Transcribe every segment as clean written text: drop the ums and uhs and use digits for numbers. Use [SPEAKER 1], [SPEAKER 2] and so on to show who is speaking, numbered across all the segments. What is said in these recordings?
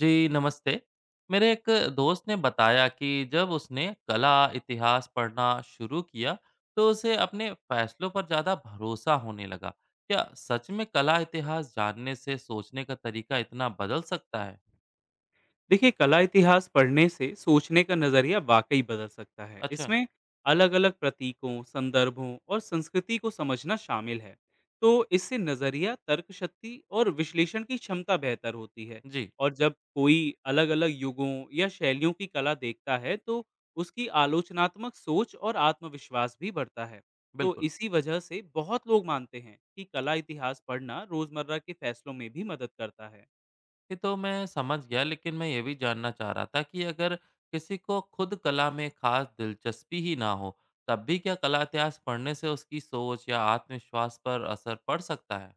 [SPEAKER 1] जी नमस्ते। मेरे एक दोस्त ने बताया कि जब उसने कला इतिहास पढ़ना शुरू किया तो उसे अपने फैसलों पर ज़्यादा भरोसा होने लगा। क्या सच में कला इतिहास जानने से सोचने का तरीका इतना बदल सकता है?
[SPEAKER 2] देखिए कला इतिहास पढ़ने से सोचने का नज़रिया वाकई बदल सकता है।
[SPEAKER 1] अच्छा।
[SPEAKER 2] इसमें अलग अलग प्रतीकों, संदर्भों और संस्कृति को समझना शामिल है। तो इससे नज़रिया, तर्क शक्ति और विश्लेषण की क्षमता बेहतर होती है।
[SPEAKER 1] जी।
[SPEAKER 2] और जब कोई अलग अलग युगों या शैलियों की कला देखता है तो उसकी आलोचनात्मक सोच और आत्मविश्वास भी बढ़ता है। तो
[SPEAKER 1] बिल्कुल।
[SPEAKER 2] इसी वजह से बहुत लोग मानते हैं कि कला इतिहास पढ़ना रोज़मर्रा के फैसलों में भी मदद करता है।
[SPEAKER 1] ये तो मैं समझ गया, लेकिन मैं ये भी जानना चाह रहा था कि अगर किसी को खुद कला में खास दिलचस्पी ही ना हो, तब भी क्या कला इतिहास पढ़ने से उसकी सोच या आत्मविश्वास पर असर पड़ सकता है?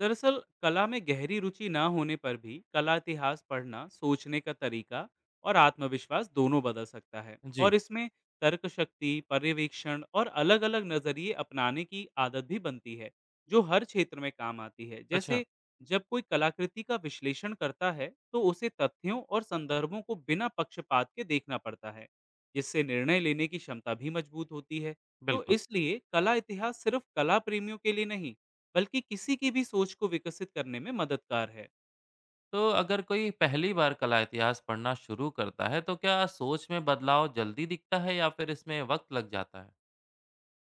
[SPEAKER 2] दरअसल कला में गहरी रुचि ना होने पर भी कला इतिहास पढ़ना सोचने का तरीका और आत्मविश्वास दोनों बदल सकता है।
[SPEAKER 1] जी।
[SPEAKER 2] और इसमें तर्क शक्ति, पर्यवेक्षण और अलग अलग नजरिए अपनाने की आदत भी बनती है, जो हर क्षेत्र में काम आती है।
[SPEAKER 1] अच्छा।
[SPEAKER 2] जैसे जब कोई कलाकृति का विश्लेषण करता है तो उसे तथ्यों और संदर्भों को बिना पक्षपात के देखना पड़ता है, जिससे निर्णय लेने की क्षमता भी मजबूत होती है। तो
[SPEAKER 1] बिल्कुल।
[SPEAKER 2] इसलिए कला इतिहास सिर्फ कला प्रेमियों के लिए नहीं, बल्कि किसी की भी सोच को विकसित करने में मददगार है।
[SPEAKER 1] तो अगर कोई पहली बार कला इतिहास पढ़ना शुरू करता है, तो क्या सोच में बदलाव जल्दी दिखता है या फिर इसमें वक़्त लग जाता है?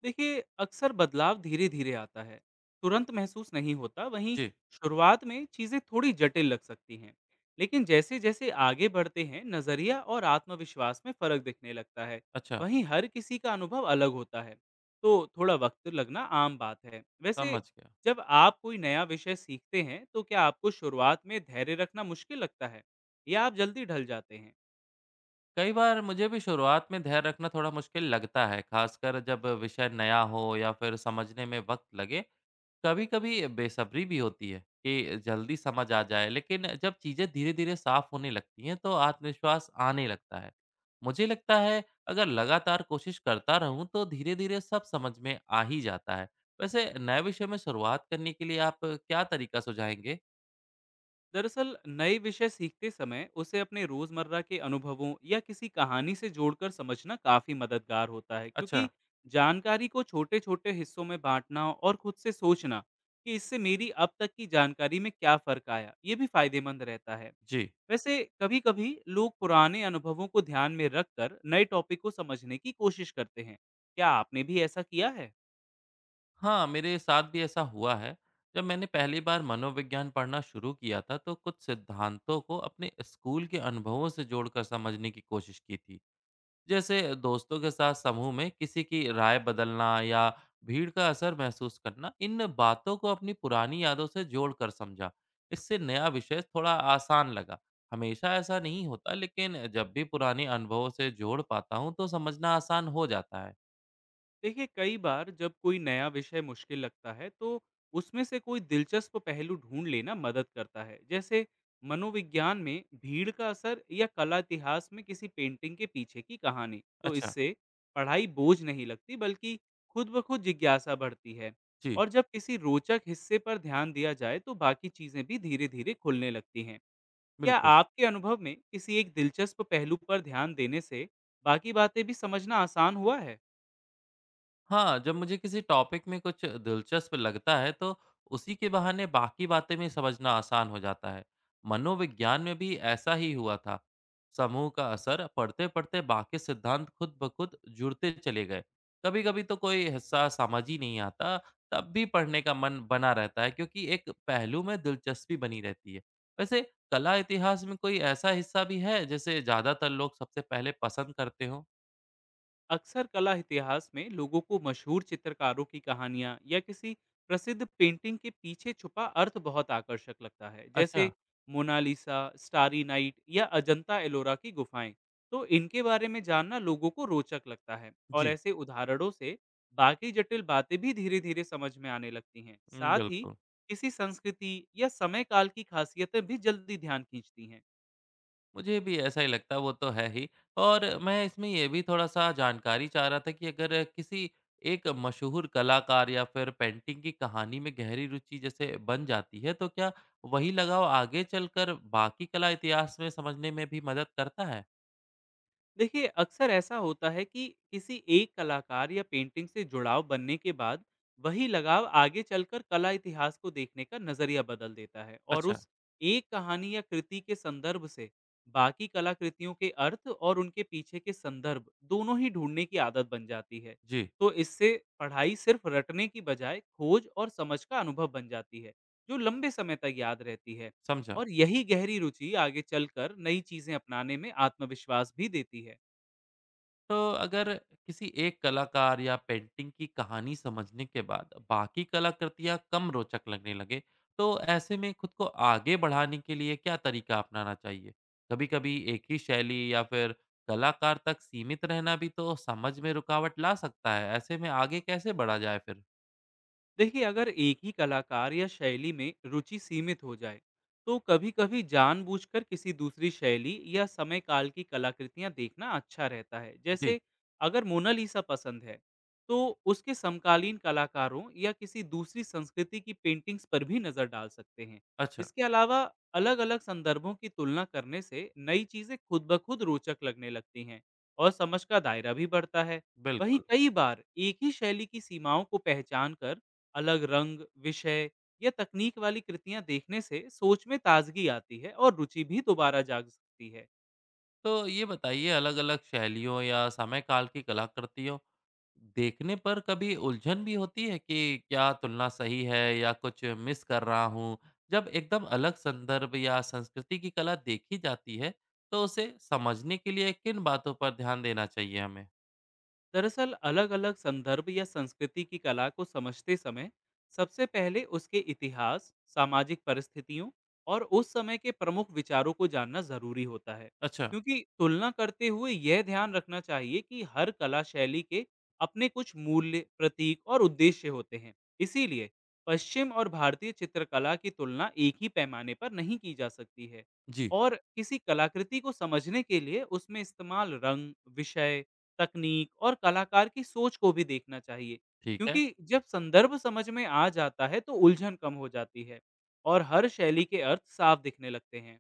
[SPEAKER 2] देखिए अक्सर बदलाव धीरे धीरे आता है, तुरंत महसूस नहीं होता। वहीं
[SPEAKER 1] जी।
[SPEAKER 2] शुरुआत में चीज़ें थोड़ी जटिल लग सकती हैं, लेकिन जैसे जैसे आगे बढ़ते हैं नज़रिया और आत्मविश्वास में फ़र्क दिखने लगता है।
[SPEAKER 1] अच्छा।
[SPEAKER 2] वहीं हर किसी का अनुभव अलग होता है, तो थोड़ा वक्त लगना आम बात है। वैसे
[SPEAKER 1] समझ गया।
[SPEAKER 2] जब आप कोई नया विषय सीखते हैं तो क्या आपको शुरुआत में धैर्य रखना मुश्किल लगता है या आप जल्दी ढल जाते हैं?
[SPEAKER 1] कई बार मुझे भी शुरुआत में धैर्य रखना थोड़ा मुश्किल लगता है, खासकर जब विषय नया हो या फिर समझने में वक़्त लगे। कभी कभी बेसब्री भी होती है कि जल्दी समझ आ जाए, लेकिन जब चीजें धीरे धीरे साफ होने लगती हैं तो आत्मविश्वास आने लगता है। मुझे लगता है अगर लगातार कोशिश करता रहूं तो धीरे धीरे सब समझ में आ ही जाता है। वैसे नए विषय में शुरुआत करने के लिए आप क्या तरीका सुझाएंगे?
[SPEAKER 2] दरअसल नए विषय सीखते समय उसे अपने रोजमर्रा के अनुभवों या किसी कहानी से जोड़कर समझना काफी मददगार होता है,
[SPEAKER 1] अच्छा।
[SPEAKER 2] क्योंकि जानकारी को छोटे छोटे हिस्सों में बांटना और खुद से सोचना कि इससे मेरी अब तक की जानकारी में क्या फर्क आया, ये भी फायदेमंद रहता है।
[SPEAKER 1] जी।
[SPEAKER 2] वैसे कभी कभी लोग पुराने अनुभवों को ध्यान में रखकर नए टॉपिक को समझने की कोशिश करते हैं। क्या आपने भी ऐसा किया है?
[SPEAKER 1] हाँ, मेरे साथ भी ऐसा हुआ है। जब मैंने पहली बार मनोविज्ञान पढ़ना शुरू किया था तो कुछ सिद्धांतों को अपने स्कूल के अनुभवों से जोड़कर समझने की कोशिश की थी। जैसे दोस्तों के साथ समूह में किसी की राय बदलना या भीड़ का असर महसूस करना, इन बातों को अपनी पुरानी यादों से जोड़कर समझा। इससे नया विषय थोड़ा आसान लगा। हमेशा ऐसा नहीं होता, लेकिन जब भी पुराने अनुभवों से जोड़ पाता हूँ तो समझना आसान हो जाता है।
[SPEAKER 2] देखिए कई बार जब कोई नया विषय मुश्किल लगता है तो उसमें से कोई दिलचस्प पहलू ढूंढ लेना मदद करता है। जैसे मनोविज्ञान में भीड़ का असर या कला इतिहास में किसी पेंटिंग के पीछे की कहानी, तो
[SPEAKER 1] अच्छा।
[SPEAKER 2] इससे पढ़ाई बोझ नहीं लगती, बल्कि खुद ब खुद जिज्ञासा बढ़ती है।
[SPEAKER 1] जी।
[SPEAKER 2] और जब किसी रोचक हिस्से पर ध्यान दिया जाए तो बाकी चीजें भी धीरे धीरे खुलने लगती हैं। क्या
[SPEAKER 1] बिल्कुल।
[SPEAKER 2] आपके अनुभव में किसी एक दिलचस्प पहलू पर ध्यान देने से बाकी बातें भी समझना आसान हुआ है?
[SPEAKER 1] हाँ, जब मुझे किसी टॉपिक में कुछ दिलचस्प लगता है तो उसी के बहाने बाकी बातें भी समझना आसान हो जाता है। मनोविज्ञान में भी ऐसा ही हुआ था। समूह का असर पढ़ते-पढ़ते बाकी सिद्धांत खुद ब खुद जुड़ते चले गए। कभी-कभी तो कोई हिस्सा समझ ही नहीं आता, तब भी पढ़ने का मन बना रहता है क्योंकि एक पहलू में दिलचस्पी बनी रहती है। वैसे कला इतिहास में कोई ऐसा हिस्सा भी है जिसे ज़्यादातर लोग सबसे पहले पसंद करते हों?
[SPEAKER 2] अक्सर कला इतिहास में लोगों को मशहूर चित्रकारों की कहानियां या किसी प्रसिद्ध पेंटिंग के पीछे छुपा अर्थ बहुत आकर्षक लगता है।
[SPEAKER 1] अच्छा।
[SPEAKER 2] जैसे मोनालिसा, स्टारी नाइट या अजंता एलोरा की गुफाएं, तो इनके बारे में जानना लोगों को रोचक लगता है, और
[SPEAKER 1] जी।
[SPEAKER 2] ऐसे उदाहरणों से बाकी जटिल बातें भी धीरे धीरे समझ में आने लगती हैं।
[SPEAKER 1] हुँ,
[SPEAKER 2] साथ ही
[SPEAKER 1] बिल्कुल।
[SPEAKER 2] किसी संस्कृति या समय काल की खासियतें भी जल्दी ध्यान खींचती हैं।
[SPEAKER 1] मुझे भी ऐसा ही लगता है, वो तो है ही। और मैं इसमें ये भी थोड़ा-सा जानकारी चाह रहा था कि अगर किसी एक मशहूर कलाकार या फिर पेंटिंग की कहानी में गहरी रुचि जैसे बन जाती है, तो क्या वही लगाव आगे चलकर बाकी कला इतिहास में समझने में भी मदद करता है?
[SPEAKER 2] देखिए अक्सर ऐसा होता है कि किसी एक कलाकार या पेंटिंग से जुड़ाव बनने के बाद वही लगाव आगे चलकर कला इतिहास को देखने का नजरिया बदल देता है, और
[SPEAKER 1] अच्छा।
[SPEAKER 2] उस एक कहानी या कृति के संदर्भ से बाकी कलाकृतियों के अर्थ और उनके पीछे के संदर्भ दोनों ही ढूंढने की आदत बन जाती है।
[SPEAKER 1] जी।
[SPEAKER 2] तो इससे पढ़ाई सिर्फ रटने की बजाय खोज और समझ का अनुभव बन जाती है, जो लंबे समय तक याद रहती है।
[SPEAKER 1] समझा।
[SPEAKER 2] और यही गहरी रुचि आगे चलकर नई चीजें अपनाने में आत्मविश्वास भी देती है।
[SPEAKER 1] तो अगर किसी एक कलाकार या पेंटिंग की कहानी समझने के बाद बाकी कलाकृतियाँ कम रोचक लगने लगे, तो ऐसे में खुद को आगे बढ़ाने के लिए क्या तरीका अपनाना चाहिए? कभी-कभी एक ही शैली या फिर कलाकार तक सीमित रहना भी तो समझ में रुकावट ला सकता है। ऐसे में आगे कैसे बढ़ा जाए फिर?
[SPEAKER 2] देखिए अगर एक ही कलाकार या शैली में रुचि सीमित हो जाए तो कभी-कभी जानबूझकर किसी दूसरी शैली या समय काल की कलाकृतियां देखना अच्छा रहता है।
[SPEAKER 1] जी।
[SPEAKER 2] जैसे अगर मोनालिसा पसंद है तो उसके समकालीन कलाकारों या किसी दूसरी संस्कृति की पेंटिंग्स पर भी नज़र डाल सकते हैं।
[SPEAKER 1] अच्छा।
[SPEAKER 2] इसके अलावा अलग-अलग संदर्भों की तुलना करने से नई चीज़ें खुद ब खुद रोचक लगने लगती हैं और समझ का दायरा भी बढ़ता है। वहीं
[SPEAKER 1] बिल्कुल।
[SPEAKER 2] कई बार एक ही शैली की सीमाओं को पहचान कर अलग रंग, विषय या तकनीक वाली कृतियां देखने से सोच में ताजगी आती है और रुचि भी दोबारा जाग सकती है।
[SPEAKER 1] तो ये बताइए, अलग-अलग शैलियों या समय काल की कलाकृतियों देखने पर कभी उलझन भी होती है कि क्या तुलना सही है या कुछ मिस कर रहा हूँ? जब एकदम अलग संदर्भ या संस्कृति की कला देखी जाती है, तो उसे समझने के लिए किन बातों पर ध्यान देना चाहिए हमें?
[SPEAKER 2] दरअसल अलग अलग संदर्भ या संस्कृति की कला को समझते समय सबसे पहले उसके इतिहास, सामाजिक परिस्थितियों और उस समय के प्रमुख विचारों को जानना जरूरी होता है।
[SPEAKER 1] अच्छा।
[SPEAKER 2] क्योंकि तुलना करते हुए यह ध्यान रखना चाहिए कि हर कला शैली के अपने कुछ मूल्य, प्रतीक और उद्देश्य होते हैं। इसीलिए पश्चिम और भारतीय चित्रकला की तुलना एक ही पैमाने पर नहीं की जा सकती है।
[SPEAKER 1] जी।
[SPEAKER 2] और किसी कलाकृति को समझने के लिए उसमें इस्तेमाल रंग, विषय, तकनीक और कलाकार की सोच को भी देखना चाहिए।
[SPEAKER 1] ठीक है।
[SPEAKER 2] क्योंकि जब संदर्भ समझ में आ जाता है तो उलझन कम हो जाती है और हर शैली के अर्थ साफ दिखने लगते हैं।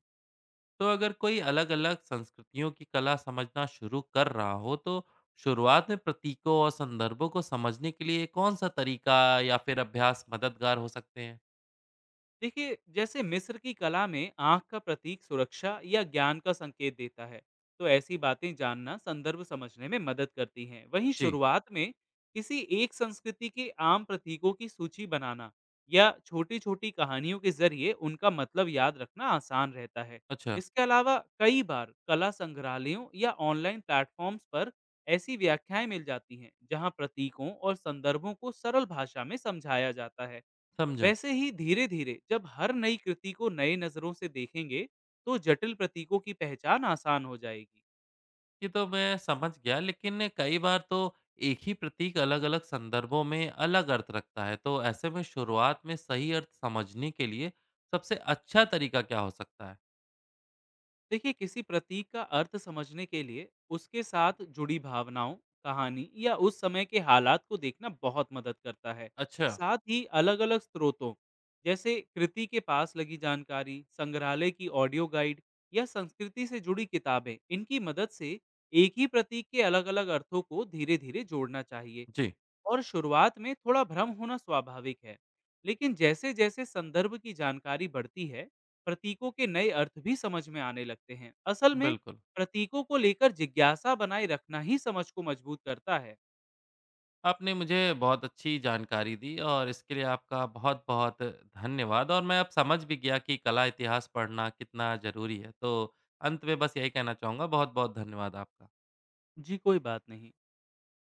[SPEAKER 1] तो अगर कोई अलग-अलग संस्कृतियों की कला समझना शुरू कर रहा हो, तो शुरुआत में प्रतीकों और संदर्भों को समझने के लिए कौन सा तरीका या फिर अभ्यास मददगार हो सकते हैं?
[SPEAKER 2] देखिए जैसे मिस्र की कला में आंख का प्रतीक सुरक्षा या ज्ञान का संकेत देता है, तो ऐसी बातें जानना संदर्भ समझने में मदद करती हैं। वहीं
[SPEAKER 1] जी।
[SPEAKER 2] शुरुआत में किसी एक संस्कृति के आम प्रतीकों की सूची बनाना या छोटी छोटी कहानियों के जरिए उनका मतलब याद रखना आसान रहता है।
[SPEAKER 1] अच्छा।
[SPEAKER 2] इसके अलावा कई बार कला संग्रहालयों या ऑनलाइन प्लेटफॉर्म्स पर ऐसी व्याख्याएं मिल जाती हैं जहां प्रतीकों और संदर्भों को सरल भाषा में समझाया जाता है।
[SPEAKER 1] समझा।
[SPEAKER 2] वैसे ही धीरे धीरे जब हर नई कृति को नए नजरों से देखेंगे तो जटिल प्रतीकों की पहचान आसान हो जाएगी।
[SPEAKER 1] ये तो मैं समझ गया, लेकिन कई बार तो एक ही प्रतीक अलग-अलग संदर्भों में अलग अर्थ रखता है, तो ऐसे में शुरुआत में सही अर्थ समझने के लिए सबसे अच्छा तरीका क्या हो सकता है?
[SPEAKER 2] देखिए किसी प्रतीक का अर्थ समझने के लिए उसके साथ जुड़ी भावनाओं, कहानी या उस समय के हालात को देखना बहुत मदद करता है।
[SPEAKER 1] अच्छा।
[SPEAKER 2] साथ ही अलग अलग स्रोतों, जैसे कृति के पास लगी जानकारी, संग्रहालय की ऑडियो गाइड या संस्कृति से जुड़ी किताबें, इनकी मदद से एक ही प्रतीक के अलग अलग अर्थों को धीरे धीरे जोड़ना चाहिए।
[SPEAKER 1] जी।
[SPEAKER 2] और शुरुआत में थोड़ा भ्रम होना स्वाभाविक है, लेकिन जैसे जैसे संदर्भ की जानकारी बढ़ती है प्रतीकों के नए अर्थ भी समझ में आने लगते हैं। असल में
[SPEAKER 1] बिल्कुल।
[SPEAKER 2] प्रतीकों को लेकर जिज्ञासा बनाए रखना ही समझ को मजबूत करता है।
[SPEAKER 1] आपने मुझे बहुत अच्छी जानकारी दी और इसके लिए आपका बहुत बहुत धन्यवाद। और मैं अब समझ भी गया कि कला इतिहास पढ़ना कितना ज़रूरी है, तो अंत में बस यही कहना चाहूँगा, बहुत बहुत धन्यवाद आपका।
[SPEAKER 2] जी, कोई बात नहीं।